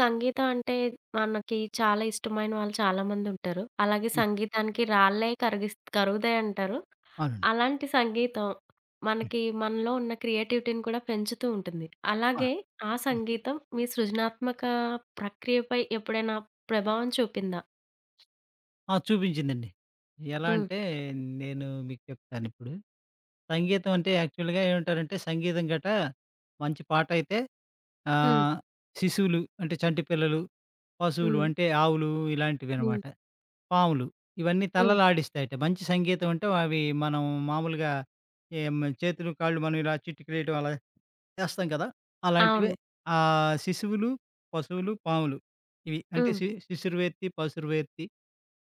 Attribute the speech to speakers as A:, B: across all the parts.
A: సంగీతం అంటే మనకి చాలా ఇష్టమైన వాళ్ళు చాలామందుంటారు. అలాగే
B: నా
A: సంగీతానికి రాళ్ళే కరుగుతాయంటారు.
B: అవునండి.
A: అలాంటి సంగీతం
B: హ్మ్.
A: మనకి మనలో ఉన్న క్రియేటివిటీని కూడా పెంచుతూ ఉంటుంది.
B: ఆ!
A: అలాగే ఆ సంగీతం మీ సృజనాత్మక ప్రక్రియపై ఎప్పుడైనా ప్రభావం చూపిందా?
B: ఆ! చూపించిందండి. ఎలా
A: హ్మ్.
B: అంటే నేను మీకు చెప్తానిప్పుడు. సంగీతం అంటే యాక్చువల్‌గా ఏమంటారంటే సంగీతం గట మంచి పాటయితే
A: హ్మ్.
B: ఆహ్, శిశువులు అంటే చంటి పిల్లలు, పశువులు
A: హ్మ్.
B: అంటే ఆవులు
A: హ్మ్.
B: ఇలాంటివనమాట. పాములు ఇవన్నీ
A: హ్మ్.
B: తలలాడిస్తాయట. మంచి సంగీతం అంటే అవి మనం మామూలుగా ఏం చేతులు, కాళ్ళు మనం ఇలా చిటికిలేయటం అలా చేస్తాం కదా! అలాంటివే
A: అవును.
B: శిశువులు, పశువులు, పాములు ఇవి. అంటే
A: హ్మ్.
B: శిశుర్వేత్తి, పశుర్వేత్తి,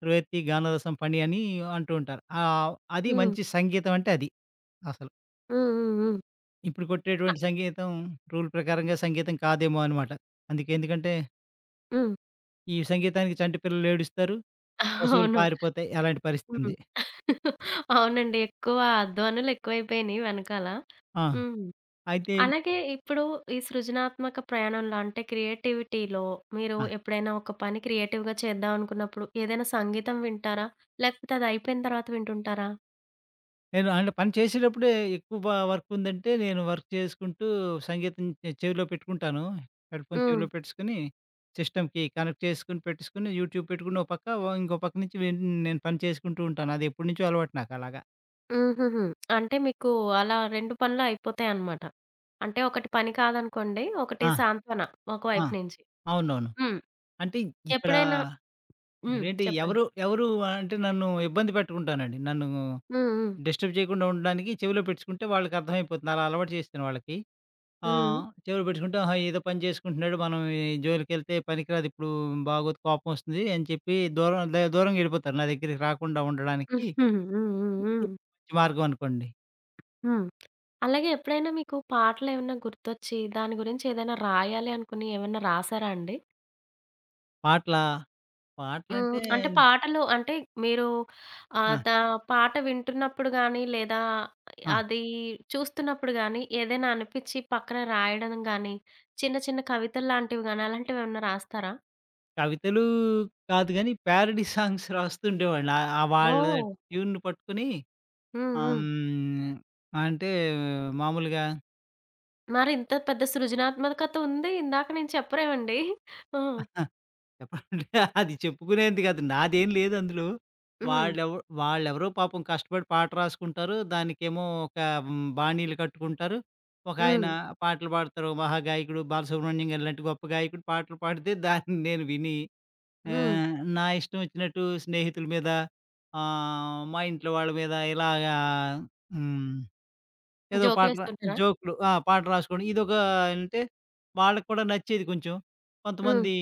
B: ర్వేత్తి గానరసం ఫణి అని అంటూ ఉంటారు. అది
A: హ్మ్.
B: మంచి సంగీతం అంటే అది అసలు.
A: హ్మ్. హ్మ్. హ్మ్.
B: ఇప్పుడు కొట్టేటువంటి సంగీతం రూల్ ప్రకారంగా సంగీతం కాదేమో అనమాట. అందుకే ఎందుకంటే,
A: హ్మ్.
B: ఈ సంగీతానికి చంటి పిల్లలు ఏడుస్తారు, పశువులు
A: అవును.
B: పారిపోతాయి. అలాంటి
A: హ్మ్.
B: పరిస్థితుంది.
A: అవునండి. ఎక్కువ ధ్వనులు ఎక్కువైపోయినియి వెనకాల.
B: ఆ!
A: హ్మ్.
B: అయితే
A: అలాగే ఇప్పుడు ఈ సృజనాత్మక ప్రయాణంలో అంటే క్రియేటివిటీలో మీరు
B: ఆ!
A: ఎప్పుడైనా ఒక పని క్రియేటివ్‌గా చేద్దాం అనుకున్నప్పుడు ఏదైనా సంగీతం వింటారా? లేకపోతే అది అయిపోయిన తర్వాత వింటుంటారా?
B: నేను అంటే పని చేసేటప్పుడే ఎక్కువ వర్క్ ఉందంటే నేను వర్క్ చేసుకుంటూ సంగీతం చెవిలో పెట్టుకుంటాను. హెడ్‌ఫోన్
A: హ్మ్.
B: చెవిలో పెట్టేసుకొని, సిస్టమ్‌కి కనెక్ట్ చేసుకొని పెట్టేసుకొని, యూట్యూబ్ పెట్టుకుని ఒక పక్క, ఓ ఇంకో పక్క నుంచి నేను పని చేసుకుంటూ ఉంటాను. అది ఎప్పటినుంచో అలవాటు నాకు అలాగా.
A: హుహుహు. అంటే మీకు అలా 2 పనులు అయిపోతాయన్నమాట. అంటే ఒకటి పని కాదనుకోండి. ఒకటి
B: ఆ!
A: సాంత్వన
B: ఆ!
A: ఒకవైపు నుంచి.
B: అవునవును.
A: హ్మ్.
B: అంటే ఇక్కడ
A: ఎప్పుడైనా హ్మ్.
B: ఇదేంటి
A: చెప్పండి.
B: ఎవరు ఎవరు అంటే నన్ను ఇబ్బంది పెట్టుకుంటానండి. నన్ను
A: హ్మ్. హ్మ్.
B: డిస్టర్బ్ చేయకుండా ఉండడానికి చెవిలో పెట్టుకుంటే వాళ్ళకి అర్థమైపోతుంది. అలా అలవాటు చేశాను వాళ్ళకి.
A: హ్మ్.
B: చెవిలో పెట్టుకుంటే ఆహా! ఏదో పని చేసుకుంటున్నాడు. మనం ఈ జోలికెళ్తే పనికిరాదు. ఇప్పుడు బాగోదు. కోపమొస్తుంది అని చెప్పి దూరం దూరంగా ఎళ్ళిపోతారు. నా దగ్గరికి రాకుండా
A: హ్మ్.
B: ఉండడానికి
A: హ్మ్. హ్మ్.
B: ఇది
A: హ్మ్.
B: మంచి మార్గం అనుకోండి.
A: హ్మ్. అలాగే ఎప్పుడైనా మీకు పాటలేమన్నా గుర్తొచ్చి, దాని గురించి ఏదైనా రాయాలి అనుకుని ఏమన్నా రాసారా అండి?
B: పాటలా?
A: హ్మ్.
B: పాటలంటే
A: అంటే పాటలు అంటే మీరు ఆహ్,
B: ఆ!
A: దా పాట వింటున్నప్పుడు గానీ, లేదా
B: ఆ!
A: అది చూస్తున్నప్పుడు గానీ, ఏదైనా అనిపిచ్చి పక్కన రాయడం గానీ, చిన్న చిన్న కవితల్లాంటివి గానీ, అలాంటివేమన్నా రాస్తారా?
B: కవితలు కాదు గానీ, ప్యారడీ సాంగ్స్ రాస్తుండేవాడిని. ఆ! ఆ వాళ్ళ
A: ఓహ్!
B: ట్యూన్‌ని పట్టుకొని
A: హ్మ్.
B: ఆ!
A: హ్మ్.
B: హ్మ్. అంటే మామూలుగా
A: మరి ఇంత పెద్ద సృజనాత్మకత ఉంది. ఇందాక నేను చెప్పరేవండి. ఆ! హ్మ్.
B: హ, చెప్పాలంటే అది చెప్పుకునేంత కాదు. నాదేం లేదు అందులో.
A: హ్మ్.
B: వాళ్ళెవ వాళ్ళెవరో పాపం కష్టపడి పాట రాసుకుంటారు. దానికేమో ఒక బాణీలు కట్టుకుంటారు. ఒకాయన
A: హ్మ్.
B: పాటలు పాడతారు. మహాగాయకుడు బాలసుబ్రహ్మణ్యం గారు లాంటి గొప్ప గాయకుడు పాటలు పాడితే దాన్ని నేను విని
A: హ్మ్.
B: నా ఇష్టం వచ్చినట్టు స్నేహితుల మీద మా ఇంట్లో వాళ్ళ మీద ఇలాగా హ్మ్. ఏదో పాట రా
A: జోకులేస్తుంటారా?
B: జోక్‌లు ఆ! పాట రాసుకోవడం. ఇదొక అంటే వాళ్ళకి కూడా నచ్చేది కొంచెం.
A: హ్మ్.
B: కొంతమంది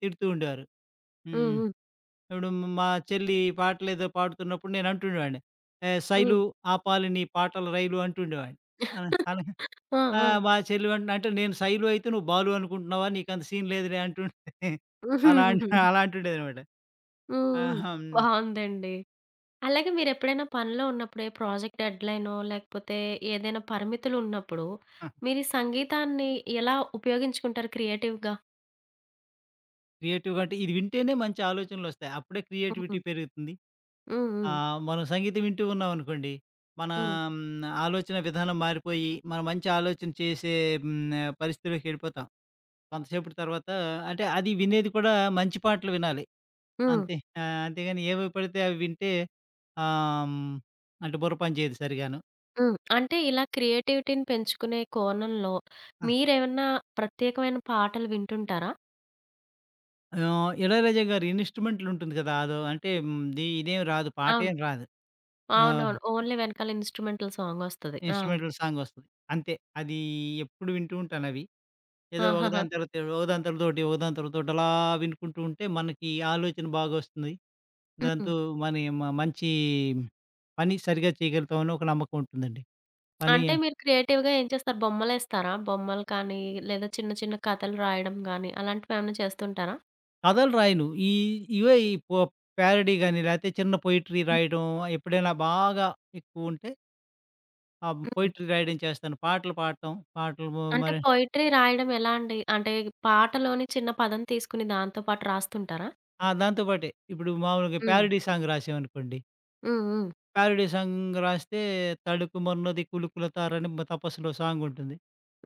B: తిడుతూ ఉండేవారు.
A: హ్మ్.
B: హ్మ్.
A: హ్మ్.
B: ఇప్పుడు మా చెల్లి పాటలేదో పాడుతున్నప్పుడు నేను అంటుండేవాడిని. "ఏహ్! శైలు
A: హ్మ్.
B: ఆపాలి నీ పాటల రైలు" అంటుండేవాడిని. అలా అలా
A: ఆ!
B: ఆ!
A: ఆ!
B: మా చెల్లి వెంటనే అంటే నేను శైలు అయితే నువ్వు బాలు అనుకుంటున్నావా? నీకంత సీన్ లేదులే అంటుండే. అలా అన్
A: హుహుహుహు.
B: అలా అంటుండేదనమాట.
A: హ్మ్.
B: ఆహా! హ్మ్.
A: బావుందండి. అలాగే మీరెప్పుడైనా పనిలో ఉన్నప్పుడు ఏ ప్రాజెక్ట్ డెడ్‌లైనో, లేకపోతే ఏదైనా పరిమితులున్నప్పుడు, మీరు ఈ సంగీతాన్ని ఎలా ఉపయోగించుకుంటారు క్రియేటివ్‌గా?
B: క్రియేటివ్‌గా అంటే ఇది వింటేనే మంచి ఆలోచనలొస్తాయి. అప్పుడే
A: హ్మ్.
B: క్రియేటివిటీ పెరుగుతుంది.
A: హ్మ్.
B: ఆ!
A: హ్మ్.
B: మనం సంగీతం వింటూ ఉన్నామనుకోండి, మన
A: హ్మ్.
B: ఆలోచన విధానం మారిపోయి, మనం మంచి ఆలోచన చేసే హ్మ్, పరిస్థితిలోకెళ్ళిపోతాం. కొంతసేపటి తర్వాత అంటే అది వినేది కూడా మంచి పాటలు వినాలి.
A: హ్మ్.
B: అంతే. అంతేగాని ఏవి పడితే అవి వింటే ఆహ్, హ్మ్, అంటే బుర్ర పని చేయదు సరిగాను.
A: హ్మ్. అంటే ఇలా క్రియేటివిటీని పెంచుకునే కోణంలో
B: ఆ!
A: మీరేమన్నా ప్రత్యేకమైన పాటలు వింటుంటారా?
B: ఆహ్, 'ఇళయరాజా' గారి ఇన్‌స్ట్రుమెంటల్ ఉంటుంది కదా! అదో అంటే ది ఇదేం రాదు,
A: అవును.
B: పాటేం రాదు. ఆహ్,
A: అవునవును. ఓన్లీ వెనకాల ఇన్‌స్ట్రుమెంటల్ సాంగొస్తది. ఆ!
B: ఇన్‌స్ట్రుమెంటల్ సాంగొస్తది. అంతే. అది ఎప్పుడు వింటూ ఉంటానవి. ఏదో
A: ఆహాహా!
B: ఒకదాని తర్వాత ఒకదాని తర్వాత ఒకటి, ఒకదాని తర్వాత ఒకటి అలా వినుకుంటూ ఉంటే మనకి ఆలోచన బాగొస్తుంది.
A: హ్మ్.
B: దాంతో మని మ మంచి పని సరిగ్గా చేయగలుగుతామని ఒక నమ్మకం ఉంటుందండి. పని
A: అంటే మీరు క్రియేటివ్‌గా ఏం చేస్తారు? బొమ్మలేస్తారా? బొమ్మలు కానీ, లేదా చిన్న చిన్న కథలు రాయడం గానీ, అలాంటివేమన్నా చేస్తుంటారా?
B: కథలు రాయను. ఈ ఇవే ఈ పో ప్యారడీ గాని, లేతే చిన్న పొయెట్రీ రాయడం ఎప్పుడైనా బాగా ఎక్కువుంటే ఆ
A: హ్మ్.
B: పొయెట్రీ రాయడం చేస్తాను. పాటలు పాడటం, పాటలు మ
A: అంటే
B: మరి
A: పోయెట్రీ రాయడం ఎలా అండి? అంటే పాటలోని చిన్న పదం తీసుకొని దాంతో పాటు రాస్తుంటారా?
B: ఆ! దాంతో పాటే ఇప్పుడు మామూలుగా
A: హ్మ్.
B: ప్యారడీ సాంగ్ రాసామనుకోండి.
A: హ్మ్. హ్మ్.
B: ప్యారడీ సాంగ్ రాస్తే 'తళుకుమన్నది కులుకుల తార'ని మ 'తపస్సులో' సాంగుంటుంది.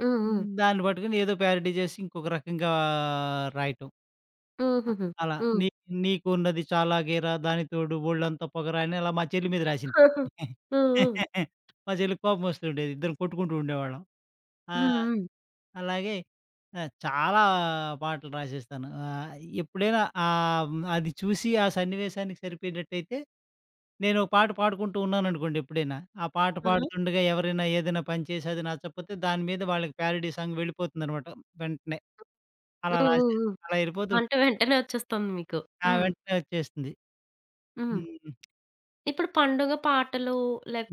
A: హ్మ్. హ్మ్.
B: హ్మ్. దాన్ని పట్టుకొని ఏదో ప్యారడీ చేసి ఇంకొక రకంగా రాయటం. అ
A: హూహూహు.
B: అలా
A: హ్మ్.
B: నీ నీకున్నది చాలా గేరా దానికి తోడు బోలెడంత పొగరా అని అలా మా చెల్లి మీద రాసింది.
A: హ్మ్. హ్మ్.
B: మా చెల్లికి కోపం వస్తుండేది. ఇద్దరం కొట్టుకుంటూ ఉండేవాళ్ళం. ఆ!
A: హ్మ్. హ్మ్.
B: అలాగే చాలా పాటలు రాసేస్తాను. ఎప్పుడైనా అది చూసి ఆ సన్నివేశానికి సరిపోయేటట్టయితే నేను ఒక పాట పాడుకుంటూ ఉన్నాననుకోండి ఎప్పుడైనా, ఆ పాట
A: ఆహా!
B: పాడుతుండగా ఎవరైనా ఏదైనా పని చేసి అది నచ్చకపోతే దాని మీద వాళ్ళకి ప్యారడీ సాంగ్ వెళ్ళిపోతుందనమాట వెంటనే. అలా
A: హ్మ్. హ్మ్.
B: రాశారు.
A: హ్మ్.
B: అలా ఎళ్ళిపోతూ ఉంటారు.
A: అంటే వెంటనే వచ్చేస్తుంది మీకు.
B: ఆ!
A: హ్మ్.
B: వెంటనే వచ్చేస్తుంది.
A: హ్మ్.
B: హ్మ్.
A: ఇప్పుడు పండుగ పాటలు,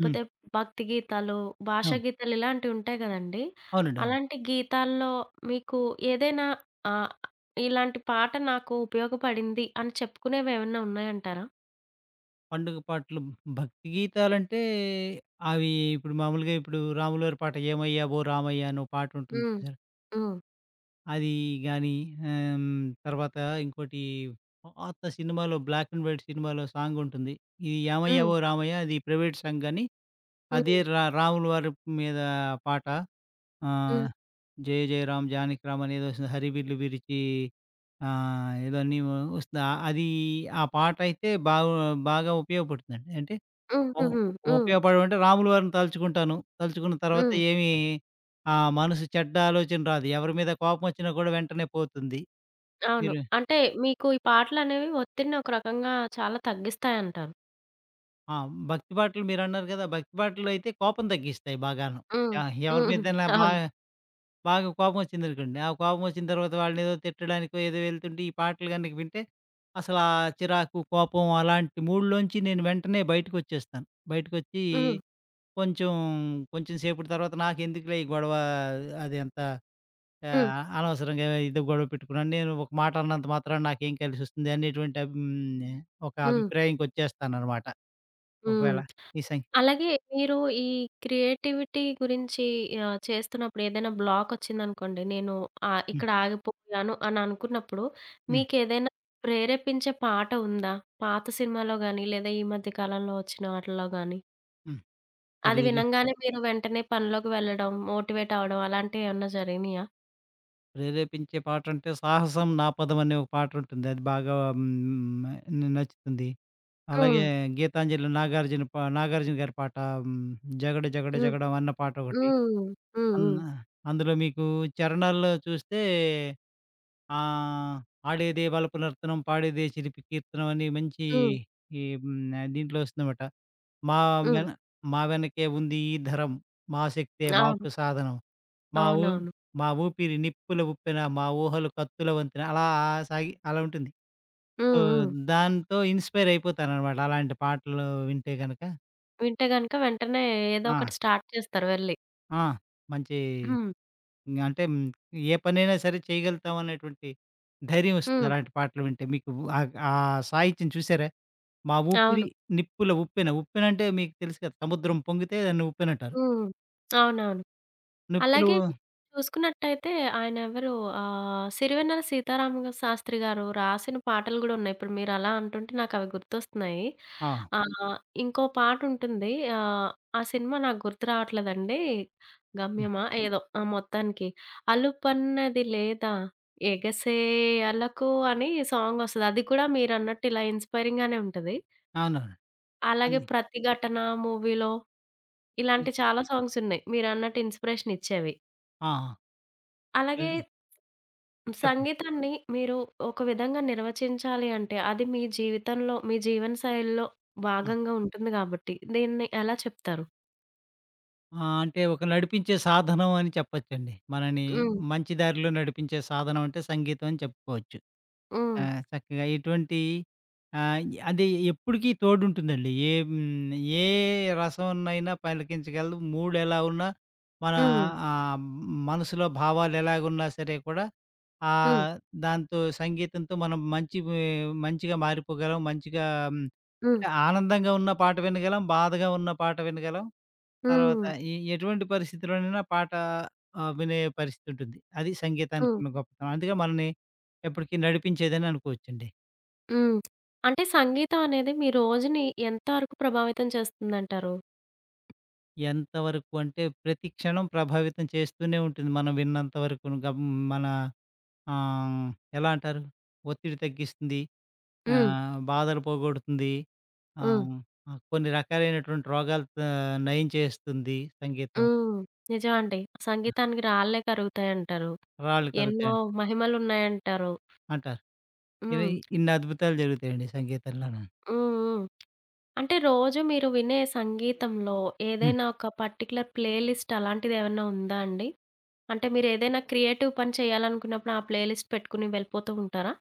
B: హ్మ్.
A: భక్తి గీతాలు, భాషా
B: అవును.
A: గీతాలు ఇలాంటివి ఉంటాయి గదండీ!
B: అవునండి. అవును.
A: అలాంటి గీతాల్లో మీకు ఏదైనా ఆహ్, ఇలాంటి పాట నాకు ఉపయోగపడింది అని చెప్పుకునేవేమన్నా ఉన్నాయంటారా?
B: పండుగ పాటలు భక్తి గీతాలంటే అవి ఇప్పుడు మామూలుగా ఇప్పుడు రాములవారి పాట 'ఏమయ్యావో రామయ్య' అనో పాటుంటుంది
A: హ్మ్.
B: చూసారా?
A: హ్మ్.
B: అది గాని తర్వాత ఇంకోటి పాత సినిమాలో బ్లాక్ అండ్ వైట్ సినిమాలో సాంగుంటుంది. ఇది
A: హ్మ్.
B: 'ఏమయ్యావో రామయ్య' అది ప్రైవేట్ సాంగ్ గాని
A: హ్మ్.
B: అదే రాములవారి మీద పాట ఆ!
A: హ్మ్.
B: 'జయ జయ రామ్ జానకి రామ్' అనేదో వస్తుంది. 'హరివిల్లు విరిచి' ఏదో అన్నీ వస్తుంది. అది ఆ పాటయితే బాగా బాగా ఉపయోగపడుతుందండి. అంటే
A: హ్మ్.
B: ఉ
A: హుహు. హ్మ్.
B: ఉపయోగపడడం అంటే రాముల వారిని తలుచుకుంటాను. తలుచుకున్న తర్వాత
A: హ్మ్.
B: ఏమి ఆ మనసు చెడ్డ ఆలోచన రాదు. ఎవరి మీద కోపం వచ్చినా కూడా వెంటనే పోతుంది.
A: అవును.
B: మీరు
A: అంటే మీకు ఈ పాటలనేవి ఒత్తిడిని ఒక రకంగా చాలా తగ్గిస్తాయంటారు.
B: ఆ! భక్తి పాటలు మీరన్నారు కదా! భక్తి పాటలు అయితే కోపం తగ్గిస్తాయి బాగాను.
A: హ్మ్.
B: యాహ్! ఎవరి
A: హ్మ్.
B: మీదైనా
A: అవును.
B: బాగా కోపమొచ్చిందనుకోండి. ఆ కోపమొచ్చిన తర్వాత వాళ్ళనేదో తిట్టడానికో, ఏదో వెళ్తుంటే ఈ పాటలు గనక వింటే అసల ఆ చిరాకు, కోపం అలాంటి మూడ్‌లోంచి నేను వెంటనే బయటకొచ్చేస్తాను. బయటకొచ్చి
A: హ్మ్.
B: కొంచెం, కొంచెం సేపటి తర్వాత నాకెందుకులే ఈ గొడవ అది అంత
A: హ్మ్.
B: అనవసరంగా ఏదో గొడవ పెట్టుకున్నాను. నేను ఒక మాట అన్నంత మాత్రాన నాకేం కలిసొస్తుంది అనేటువంటి అబ్ హ్మ్. ఒక
A: హ్మ్. హ్మ్.
B: అభిప్రాయంకొచ్చేస్తాననమాట.
A: హ్మ్.
B: ఒకవేళ ఈ సం
A: అలాగే మీరు ఈ క్రియేటివిటీ గురించి ఆహ్, చేస్తున్నప్పుడు ఏదైనా బ్లాక్ వచ్చిందనుకోండి. నేను ఆహ్,
B: హ్మ్.
A: ఇక్కడ ఆగిపోయాను అని అనుకున్నప్పుడు
B: హ్మ్.
A: మీకేదైనా ప్రేరేపించే పాట ఉందా? పాత సినిమాలో గాని, లేదా ఈ మధ్య కాలంలో వచ్చిన వాటిల్లో గాని?
B: హ్మ్.
A: అది
B: రీరి
A: వినంగానే మీరు వెంటనే పనిలోకి వెళ్ళడం, మోటివేట్ అవ్వడం అలాంటియేమన్నా జరిగినాయా?
B: ప్రేరేపించే పాటంటే 'సాహసం నా పదం' అనే ఒక పాటుంటుంది. అది బాగా హ్మ్, న నచ్చుతుంది.
A: హ్మ్.
B: అలాగే గీతాంజలిలో నాగార్జున గారి పాట హ్మ్, 'జగడ జగడ
A: హ్మ్.
B: జగడం' అన్న పాటొకటి.
A: హ్మ్. హ్మ్.
B: అన్
A: హ్మ్.
B: అందులో మీకు 'చరణాల్లో' చూస్తే ఆ! ఆడేదే వలపునర్తనం, పాడేదే చిలిపి కీర్తనం అని మంచి
A: హ్మ్.
B: దీంట్లో వస్తుందన్నమాట. మా
A: హ్మ్.
B: వెన మా వెనకే ఉంది ఈ ధరం, మా శక్తే
A: అవును.
B: మాకు సాధనం, మా ఊ
A: అవునవును.
B: మా ఊపిరి నిప్పుల ఉప్పెన, మా ఊహలు కత్తుల వంతెన అలా సాగి అలా ఉంటుంది. సో,
A: హ్మ్. హ్మ్.
B: దాంతో ఇన్‌స్పైర్ అయిపోతానన్నమాట అలాంటి పాటలు వింటే గనక.
A: వింటే గనక వెంటనే ఏదో
B: ఆ!
A: ఒకటి స్టార్ట్ చేస్తారు వెళ్లి.
B: ఆ! మంచి
A: హ్మ్.
B: ఇంగ అంటే హ్మ్. ఏ పనైనా సరే చేయగలుగుతాం అనేటువంటి ధైర్యం వస్తుంది
A: హ్మ్.
B: అలాంటి పాటలు వింటే. మీకు ఆ ఆ సాహిత్యం చూసారా? 'మా ఊపిరి
A: అవును.
B: నిప్పుల ఉప్పెన' ఉప్పెనంటే మీకు తెలుసు కదా! సముద్రం పొంగితే దాన్ని ఉప్పెనంటారు.
A: హ్మ్. అవునవును.
B: నిప్పులు
A: అలాగే మీరు చూసుకున్నట్టయితే ఆయన ఎవరు ఆహ్, సిరివెన్నెల సీతారామ శాస్త్రి గారు రాసిన పాటలు గూడా ఉన్నాయి. ఇప్పుడు మీరు అలా అంటుంటే నాకవి గుర్తొస్తున్నాయి.
B: ఆ!
A: ఆహ్, ఇంకో పాటుంటుంది. ఆహ్, ఆ సినిమా నాకు గుర్తు రావట్లేదండి.
B: హ్మ్.
A: గమ్యమా ఏదో ఆ! మొత్తానికి అలుపన్నది లేదా ఎగసే అలకు అని సాంగొస్తది. అది కూడా మీరన్నట్టు ఇలా ఇన్‌స్పైరింగ్ గానే ఉంటది.
B: అవునవును.
A: అలాగే
B: అది
A: 'ప్రతిఘటన' మూవీలో ఇలాంటి చాలా సాంగ్సున్నాయి. మీరన్నట్టు ఇన్‌స్పిరేషనిచ్చేవి.
B: ఆ! ఆ!
A: అలాగే
B: తెలి చెప్పండి.
A: సంగీతాన్ని మీరు ఒక విధంగా నిర్వచించాలి అంటే, అది మీ జీవితంలో, మీ జీవన శైలిలో
B: ఆ!
A: భాగంగా ఉంటుంది గాబట్టి, దీన్ని ఎలా చెప్తారు?
B: ఆ! అంటే ఒక నడిపించే సాధనం అని చెప్పొచ్చండి. మనని
A: హ్మ్.
B: మంచి దారిలో నడిపించే సాధనం అంటే సంగీతం అని చెప్పుకోవచ్చు.
A: హ్మ్.
B: ఆ! చక్కగా ఎటువంటి ఆహ్, అది ఎప్పటికి తోడుంటుందండి. ఏ రసమునైనా పలికించగలదు. మూడెలా ఉన్నా, మన
A: హ్మ్.
B: ఆహ్, మనసులో భావాలెలాగున్నా సరే కూడా,
A: హ్మ్.
B: ఆహ్, దాంతో సంగీతంతో మనం మంచిగా మారిపోగలం. మంచిగా హ్మ్,
A: హ్మ్.
B: అంటే ఆనందంగా ఉన్న పాట వినగలం, బాధగా ఉన్న పాట వినగలం. తర్వాత
A: హ్మ్.
B: ఎటువంటి పరిస్థితిలోనైనా పాట వినే పరిస్థితి ఉంటుంది. అది
A: హ్మ్.
B: సంగీతానికున్న గొప్పతనం. అందుకే మనల్ని ఎప్పటికి నడిపించేదని అనుకోవచ్చండి.
A: హ్మ్. అంటే సంగీతం అనేది మీ రోజుని ఎంత వరకు ప్రభావితం చేస్తుందంటారు?
B: ఎంతవరకు అంటే ప్రతి క్షణం ప్రభావితం చేస్తూనే ఉంటుంది. మనం విన్నంత వరకును గం మన ఆహ్, ఎలా అంటారు? ఒత్తిడి తగ్గిస్తుంది.
A: హ్మ్.
B: బాధలు పోగొడుతుంది.
A: హ్మ్.
B: ఆహ్, ఆహ్, కొన్ని రకాలైనటువంటి రోగాలు నయం చేస్తుంది సంగీతం.
A: హ్మ్. నిజమండి. సంగీతానికి రాళ్ళే కరుగుతాయంటారు.
B: రాళ్ళు
A: ఎన్నో
B: కరుగుతాయి
A: మహిమలున్నాయంటారు.
B: అంటారు. ఇవి
A: హ్మ్.
B: ఇన్ని అద్భుతాలు జరుగుతాయండి సంగీతంలోన.
A: హ్మ్. హ్మ్. అంటే రోజు మీరు వినే సంగీతంలో ఏదైనా ఒక పర్టిక్యులర్ ప్లే లిస్ట్ అలాంటిది ఏమన్నా ఉందా అండి? అంటే మీరేదైనా క్రియేటివ్ పని చేయాలనుకున్నప్పుడు ఆ ప్లే లిస్ట్ పెట్టుకొని వెళ్ళిపోతూ ఉంటారా?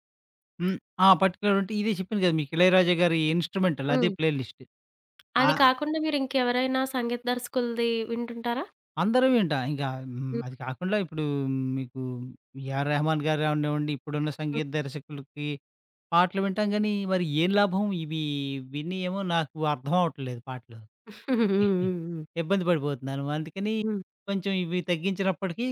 B: హ్మ్. ఆ! పర్టిక్యులర్ అంటే ఇదే చెప్పాను కదా! మీకు 'ఇళయరాజా' గారి ఇన్‌స్ట్రుమెంటల్ అదే
A: హ్మ్.
B: Playlist.
A: అది
B: ఆహ్,
A: కాకుండా మీరు ఇంకెవరైనా సంగీత దర్శకులది వింటుంటారా?
B: అందరం వింటాం.
A: హ్మ్.
B: అది కాకుండా ఇప్పుడు మీకు 'ఏఆర్ రెహమాన్' గారు అవనివ్వండి, ఇప్పుడున్న
A: హ్మ్.
B: సంగీత దర్శకులకి పాటలు వింటాం గానీ, మరి ఏం లాభం ఇవి విని ఏమో నాకు అర్థం అవ్వట్లేదు పాటలు.
A: హ్మ్. హ్మ్. హ్మ్.
B: ఇబ్బంది పడిపోతున్నాను. అందుకని
A: హ్మ్.
B: కొంచెం ఇవి తగ్గించినప్పటికీ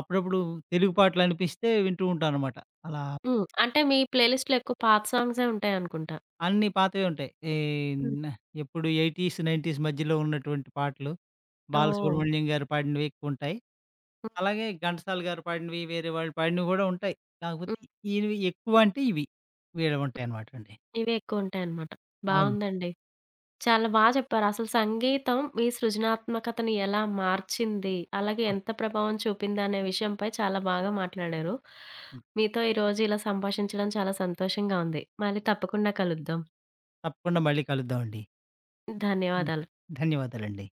B: అప్పుడప్పుడు తెలుగు పాటలనిపిస్తే వింటూ ఉంటాననమాట. అలా
A: హ్మ్. అంటే మీ ప్లే లిస్ట్‌లో ఎక్కువ పాత సాంగ్సే ఉంటాయనుకుంటా.
B: అన్నీ పాతవే ఉంటాయి. ఈ
A: హ్మ్.
B: న ఎప్పుడు 80స్, 90స్ మధ్యలో ఉన్నటువంటి పాటలు ఓకే.
A: ఓహ్!
B: బాలసుబ్రహ్మణ్యం గారు పాడినవి ఎక్కువుంటాయి.
A: హ్మ్.
B: అలాగే ఘంటసాల గారు పాడినవి, వేరే వాళ్ళు పాడినవి గూడా ఉంటాయి.
A: హ్మ్.
B: కాకపోతే ఈయనవి ఎక్కువ అంటే ఇవి. వీళ్ళవి ఉంటాయనమాటండి.
A: ఇవే ఎక్కువుంటాయన్నమాట.
B: అవునండి.
A: బావుందండి. చాలా చెప్పారు. అసలు సంగీతం మీ సృజనాత్మకతను ఎలా మార్చింది? అలాగే
B: ఆ!
A: ఎంత ప్రభావం చూపిందనే విషయంపై చాలా బాగా మాట్లాడారు.
B: హ్మ్.
A: మీతో ఈరోజు ఇలా సంభాషించడం చాలా సంతోషంగా ఉంది. మళ్ళీ తప్పకుండా కలుద్దాం.
B: తప్పకుండా మళ్ళీ కలుద్దామండి.
A: ధన్యవాదాలు.
B: ధన్యవాదాలండి.